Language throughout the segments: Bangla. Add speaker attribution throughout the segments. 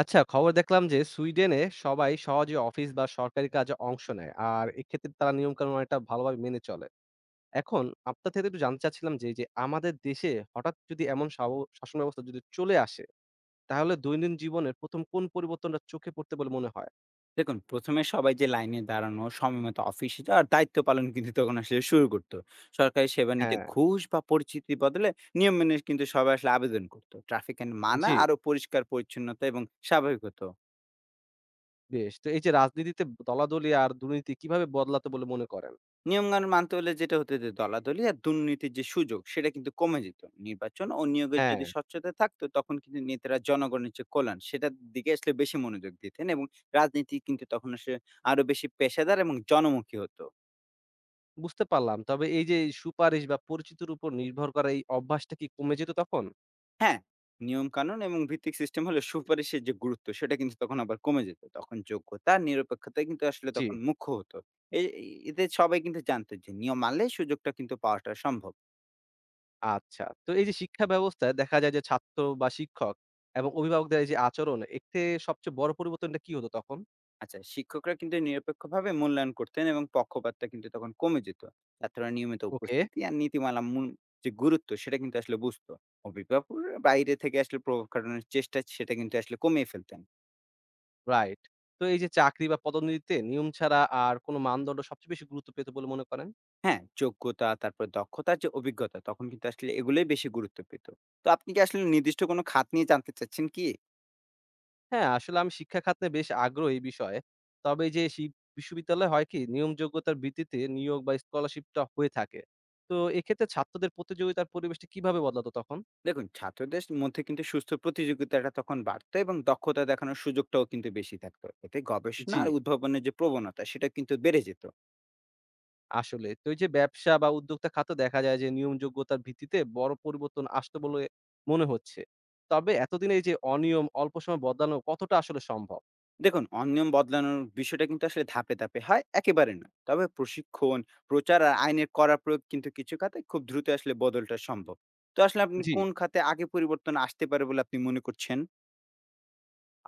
Speaker 1: আচ্ছা, খবর দেখলাম যে সুইডেনে সবাই সহজে অফিস বা সরকারি কাজে অংশ নেয়। আর এক্ষেত্রে তারা নিয়মকানুন অনেকটা ভালোভাবে মেনে চলে। এখন আপনার থেকে একটু জানতে চাচ্ছিলাম যে, এই যে আমাদের দেশে হঠাৎ যদি এমন শাসন ব্যবস্থা যদি চলে আসে, তাহলে দৈনন্দিন জীবনের ১ম কোন পরিবর্তনটা চোখে পড়তে বলে মনে হয়?
Speaker 2: দেখুন, ১ম এ সবাই যে লাইনে দাঁড়ানো, সময়মতো অফিসে যাওয়া আর দায়িত্ব পালন কিন্তু তখন আসলে শুরু করত। সরকারি সেবা নিতে
Speaker 1: হ্যাঁ,
Speaker 2: ঘুষ বা পরিচিতির বদলে নিয়ম মেনে কিন্তু সবাই আসলে আবেদন করত। ট্রাফিক আইন মানা,
Speaker 1: জি,
Speaker 2: আরো পরিষ্কার পরিচ্ছন্নতা এবং স্বাভাবিক হতো।
Speaker 1: বেশ। তো এই যে রাজনীতিতে দলাদলি আর দুর্নীতি কিভাবে বদলাতে বলে মনে করেন?
Speaker 2: নিয়মকানুন মানতে হলে যেটা হতো যে দলাদলি আর দুর্নীতির যে সুযোগ সেটা কিন্তু কমে যেত। নির্বাচন ও নিয়োগের
Speaker 1: হ্যাঁ,
Speaker 2: যদি স্বচ্ছতা থাকতো, তখন কিন্তু নেতারা জনগণের যে কল্যাণ সেটার দিকে আসলে বেশি মনোযোগ দিতেন, এবং রাজনীতি কিন্তু তখন আসলে আরো বেশি পেশাদার এবং জনমুখী হতো।
Speaker 1: বুঝতে পারলাম। তবে এই যে এই সুপারিশ বা পরিচিতির উপর নির্ভর করা এই অভ্যাসটা কি কমে যেত তখন?
Speaker 2: হ্যাঁ, নিয়মকানুন এবং ভিত্তিক সিস্টেম হলে সুপারিশের যে গুরুত্ব সেটা কিন্তু তখন আবার কমে যেত। তখন যোগ্যতা, আর নিরপেক্ষতা কিন্তু আসলে
Speaker 1: জি।
Speaker 2: তখন মুখ্য হতো। এ এ- এতে সবাই কিন্তু জানতো যে নিয়ম মানলে সুযোগটা কিন্তু পাওয়াটা সম্ভব।
Speaker 1: আচ্ছা। তো এই যে শিক্ষা ব্যবস্থায় দেখা যায় যে ছাত্র বা শিক্ষক এবং অভিভাবকদের এই যে আচরণ, এতে সবচেয়ে বড় পরিবর্তনটা কি হতো তখন?
Speaker 2: আচ্ছা, শিক্ষকরা কিন্তু নিরপেক্ষভাবে মূল্যায়ন করতেন, এবং পক্ষপাতটা কিন্তু তখন কমে যেত। ছাত্ররা নিয়মিত
Speaker 1: ওকে।
Speaker 2: উপস্থিতি আর নীতিমালা মূল যে গুরুত্ব সেটা কিন্তু আসলে বুঝতো। অভিভাবকরা বাইরে থেকে আসলে প্রভাব খাটানোর চেষ্টা সেটা কিন্তু আসলে কমিয়ে ফেলতেন।
Speaker 1: রাইট। তো এই যে চাকরি বা পদোন্নতিতে নিয়ম ছাড়া আর কোন মানদণ্ড সবচেয়ে বেশি গুরুত্ব পেত বলে মনে করেন?
Speaker 2: হ্যাঁ, যোগ্যতা, তারপর দক্ষতার যে অভিজ্ঞতা, তখন কিন্তু আসলে এগুলোই বেশি গুরুত্ব পেত। তো আপনি কি আসলে নির্দিষ্ট কোনো খাত নিয়ে জানতে চাচ্ছেন কি?
Speaker 1: হ্যাঁ, আসলে আমি শিক্ষা খাত নিয়ে বেশ আগ্রহী এই বিষয়ে। তবে এই যে বিশ্ববিদ্যালয় হয় কি নিয়ম যোগ্যতার ভিত্তিতে নিয়োগ বা স্কলারশিপটা হয়ে থাকে। তো এক্ষেত্রে ছাত্রদের প্রতিযোগিতার পরিবেশটা কিভাবে বদলাতো তখন?
Speaker 2: দেখুন, ছাত্রদের মধ্যে কিন্তু সুস্থ প্রতিযোগিতাটা তখন বাড়তো, এবং দক্ষতা দেখানোর সুযোগটাও কিন্তু বেশি থাকতো। এতে গবেষণা
Speaker 1: জি।
Speaker 2: আর উদ্ভাবনের যে প্রবণতা সেটা কিন্তু বেড়ে যেত।
Speaker 1: আসলে। তো এই যে ব্যবসা বা উদ্যোক্তা খাতে দেখা যায় যে নিয়মযোগ্যতার ভিত্তিতে বড় পরিবর্তন আসতে বলে মনে হচ্ছে। তবে এতদিনে এই যে অনিয়ম অল্প সময়ে বদলানো কতটা আসলে সম্ভব?
Speaker 2: দেখুন, অনিয়ম বদলানোর বিষয়টা কিন্তু আসলে ধাপে, ধাপে হয়, একেবারে না। তবে প্রশিক্ষণ, প্রচার আর আইনের কড়া প্রয়োগ কিন্তু কিছু খাতে খুব দ্রুত আসলে বদলটা সম্ভব। তো আসলে আপনি
Speaker 1: জি।
Speaker 2: কোন খাতে আগে পরিবর্তন আসতে পারে বলে আপনি মনে করছেন?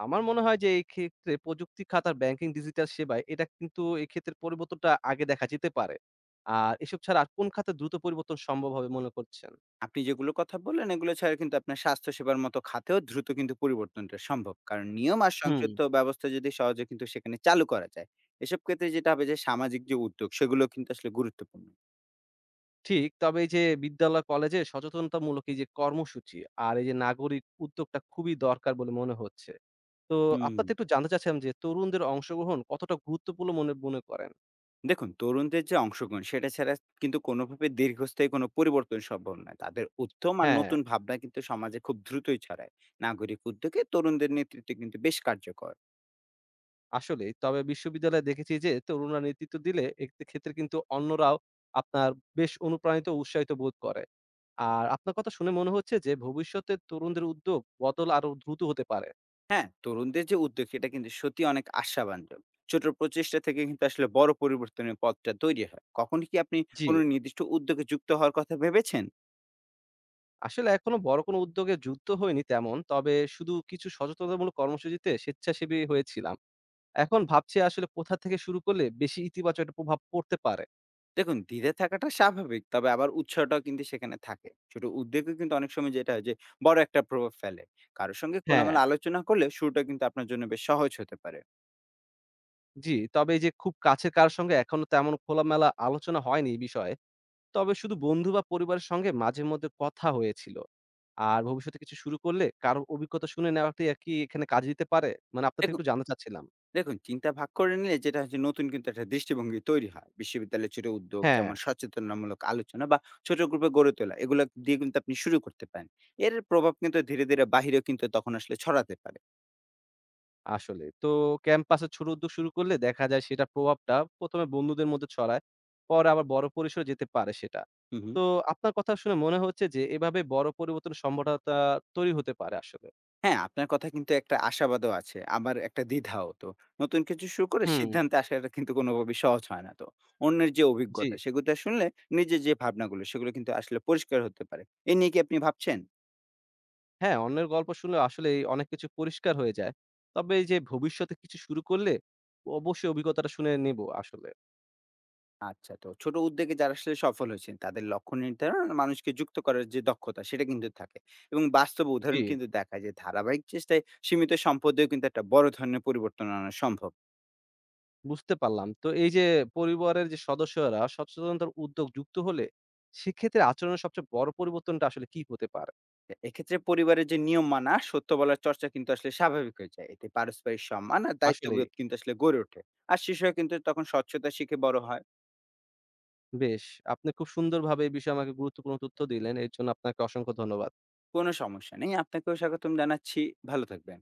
Speaker 1: আমার মনে হয় যে এই ক্ষেত্রে প্রযুক্তি খাত আর ব্যাংকিং ডিজিটাল সেবায় এটা কিন্তু এক্ষেত্রে পরিবর্তনটা আগে দেখা যেতে পারে। আর এসব ছাড়া আর কোন খাতে দ্রুত পরিবর্তন সম্ভব হবে মনে করছেন?
Speaker 2: আপনি যেগুলোর কথা বললেন, এগুলো ছাড়া কিন্তু আপনার স্বাস্থ্যসেবার মতো খাতেও দ্রুত কিন্তু পরিবর্তনটা সম্ভব, কারণ নিয়ম আর
Speaker 1: হুম।
Speaker 2: সংযুক্ত ব্যবস্থা যদি সহজে কিন্তু সেখানে চালু করা যায়। এসব ক্ষেত্রে যেটা হবে, যে সামাজিক যে উদ্যোগ, সেগুলো কিন্তু আসলে গুরুত্বপূর্ণ।
Speaker 1: ঠিক, তবে এই যে বিদ্যালয়, কলেজে সচেতনতামূলক এই যে কর্মসূচি আর এই যে নাগরিক উদ্যোগটা খুবই দরকার বলে মনে হচ্ছে। তো
Speaker 2: হুম।
Speaker 1: আপনার থেকে একটু জানতে চাচ্ছিলাম যে তরুণদের অংশগ্রহণ কতটা গুরুত্বপূর্ণ মনে মনে করেন?
Speaker 2: দেখুন, তরুণদের যে অংশগ্রহণ, সেটা ছাড়া কিন্তু কোনোভাবে দীর্ঘস্থায়ী কোনো পরিবর্তন সম্ভব নয়। তাদের উদ্যম আর
Speaker 1: হ্যাঁ,
Speaker 2: নতুন ভাবনা কিন্তু সমাজে খুব দ্রুতই ছড়ায়। নাগরিক উদ্যোগে তরুণদের নেতৃত্ব কিন্তু বেশ কার্যকর।
Speaker 1: আসলেই। তবে বিশ্ববিদ্যালয়ে দেখেছি যে তরুণরা নেতৃত্ব দিলে এক্ষেত্রে কিন্তু অন্যরাও আপনার বেশ অনুপ্রাণিত ও উৎসাহিত বোধ করে। আর আপনার কথা শুনে মনে হচ্ছে যে ভবিষ্যতে তরুণদের উদ্যোগ বদল আরো দ্রুত হতে পারে।
Speaker 2: হ্যাঁ, তরুণদের যে উদ্যোগ, এটা কিন্তু সত্যি অনেক আশাব্যঞ্জক। ছোট প্রচেষ্টা থেকে কিন্তু আসলে বড় পরিবর্তনের পথটা তৈরি হয়। কখনো কি আপনি
Speaker 1: জি।
Speaker 2: কোনো নির্দিষ্ট উদ্যোগে যুক্ত হওয়ার কথা ভেবেছেন?
Speaker 1: আসলে এখনো বড় কোনো উদ্যোগে যুক্ত হইনি তেমন। তবে শুধু কিছু সচেতনতামূলক কর্মসূচিতে স্বেচ্ছাসেবী হয়েছিলাম। এখন ভাবছি আসলে কোথা থেকে শুরু করলে বেশি ইতিবাচক একটা প্রভাব পড়তে পারে?
Speaker 2: দেখুন, দ্বিধা থাকাটা স্বাভাবিক। তবে আবার উৎসাহটাও কিন্তু সেখানে থাকে। ছোট উদ্যোগও কিন্তু অনেক সময় যেটা হয়, যে বড় একটা প্রভাব ফেলে। কারো সঙ্গে
Speaker 1: হ্যাঁ।
Speaker 2: খোলামেলা আলোচনা করলে শুরুটা কিন্তু আপনার জন্য বেশ সহজ হতে পারে।
Speaker 1: জি, তবে এই যে খুব কাছের কারো সঙ্গে এখনো তেমন খোলামেলা আলোচনা হয়নি এই বিষয়ে। তবে শুধু বন্ধু বা পরিবারের সঙ্গে মাঝে মধ্যে কথা হয়েছিল। আর ভবিষ্যতে কিছু শুরু করলে কারো অভিজ্ঞতা শুনে নেওয়াটাই আর কি এখানে কাজে দিতে পারে? মানে আপনার থেকে
Speaker 2: দেখুন
Speaker 1: একটু জানতে চাচ্ছিলাম।
Speaker 2: দেখুন চিন্তা ভাগ করে নিলে যেটা হচ্ছে, নতুন কিন্তু একটা দৃষ্টিভঙ্গি তৈরি হয়। বিশ্ববিদ্যালয়ের ছোট উদ্যোগ,
Speaker 1: হ্যাঁ,
Speaker 2: যেমন সচেতনামূলক আলোচনা বা ছোট গ্রুপে গড়ে তোলা, এগুলো দিয়ে কিন্তু আপনি শুরু করতে পারেন। এর প্রভাব কিন্তু ধীরে, ধীরে বাহিরেও কিন্তু তখন আসলে ছড়াতে পারে।
Speaker 1: আসলে। তো ক্যাম্পাসে ছোট উদ্যোগ শুরু করলে দেখা যায় সেটার প্রভাবটা ১ম এ বন্ধুদের মধ্যে ছড়ায়। পরে আবার বড় পরিসরে যেতে পারে সেটা।
Speaker 2: হুম, হুম।
Speaker 1: তো আপনার কথা শুনে মনে হচ্ছে যে এভাবে বড় পরিবর্তন সম্ভাবনাটা তৈরি হতে পারে আসলে।
Speaker 2: হ্যাঁ, আপনার কথা কিন্তু একটা আশাবাদও আছে, আবার একটা দ্বিধাও তো। নতুন কিছু শুরু করে
Speaker 1: হুম,
Speaker 2: সিদ্ধান্তে আসাটা কিন্তু কোনোভাবেই সহজ হয় না তো। অন্যের যে
Speaker 1: জি।
Speaker 2: অভিজ্ঞতা, সেগুলো শুনলে নিজের যে ভাবনাগুলো, সেগুলো কিন্তু আসলে পরিষ্কার হতে পারে। এ নিয়ে কি আপনি ভাবছেন?
Speaker 1: হ্যাঁ, অন্যের গল্প শুনলে আসলেই অনেক কিছু পরিষ্কার হয়ে যায়। তবে এই যে ভবিষ্যতে কিছু শুরু করলে অবশ্যই অভিজ্ঞতাটা শুনে নেব আসলে।
Speaker 2: আচ্ছা, তো ছোট উদ্যোগে যারা আসলে সফল হয়েছেন, তাদের লক্ষ্য নির্ধারণ আর মানুষকে যুক্ত করার যে দক্ষতা, সেটা কিন্তু থাকে, এবং বাস্তব
Speaker 1: জি।
Speaker 2: উদাহরণ কিন্তু দেখায়, যে ধারাবাহিক চেষ্টায় সীমিত সম্পদেও কিন্তু একটা বড় ধরনের পরিবর্তন আনা সম্ভব।
Speaker 1: বুঝতে পারলাম। তো এই যে পরিবারের যে সদস্যরা সচেতনতার উদ্যোগ যুক্ত হলে সেক্ষেত্রে আচরণের সবচেয়ে বড় পরিবর্তনটা আসলে কি হতে পারে?
Speaker 2: এক্ষেত্রে পরিবারের যে নিয়ম মানা, সত্য বলার চর্চা কিন্তু আসলে স্বাভাবিক হয়ে যায়। এতে পারস্পরিক সম্মান আর
Speaker 1: আসলেই।
Speaker 2: দায়িত্ববোধ কিন্তু আসলে গড়ে ওঠে। আর শিশুরা কিন্তু তখন স্বচ্ছতা শিখে বড় হয়।
Speaker 1: বেশ, আপনি খুব সুন্দরভাবে এই বিষয়ে আমাকে গুরুত্বপূর্ণ তথ্য দিলেন। এর জন্য আপনাকে অসংখ্য ধন্যবাদ।
Speaker 2: কোনো সমস্যা নেই, আপনাকেও স্বাগতম জানাচ্ছি। ভালো থাকবেন।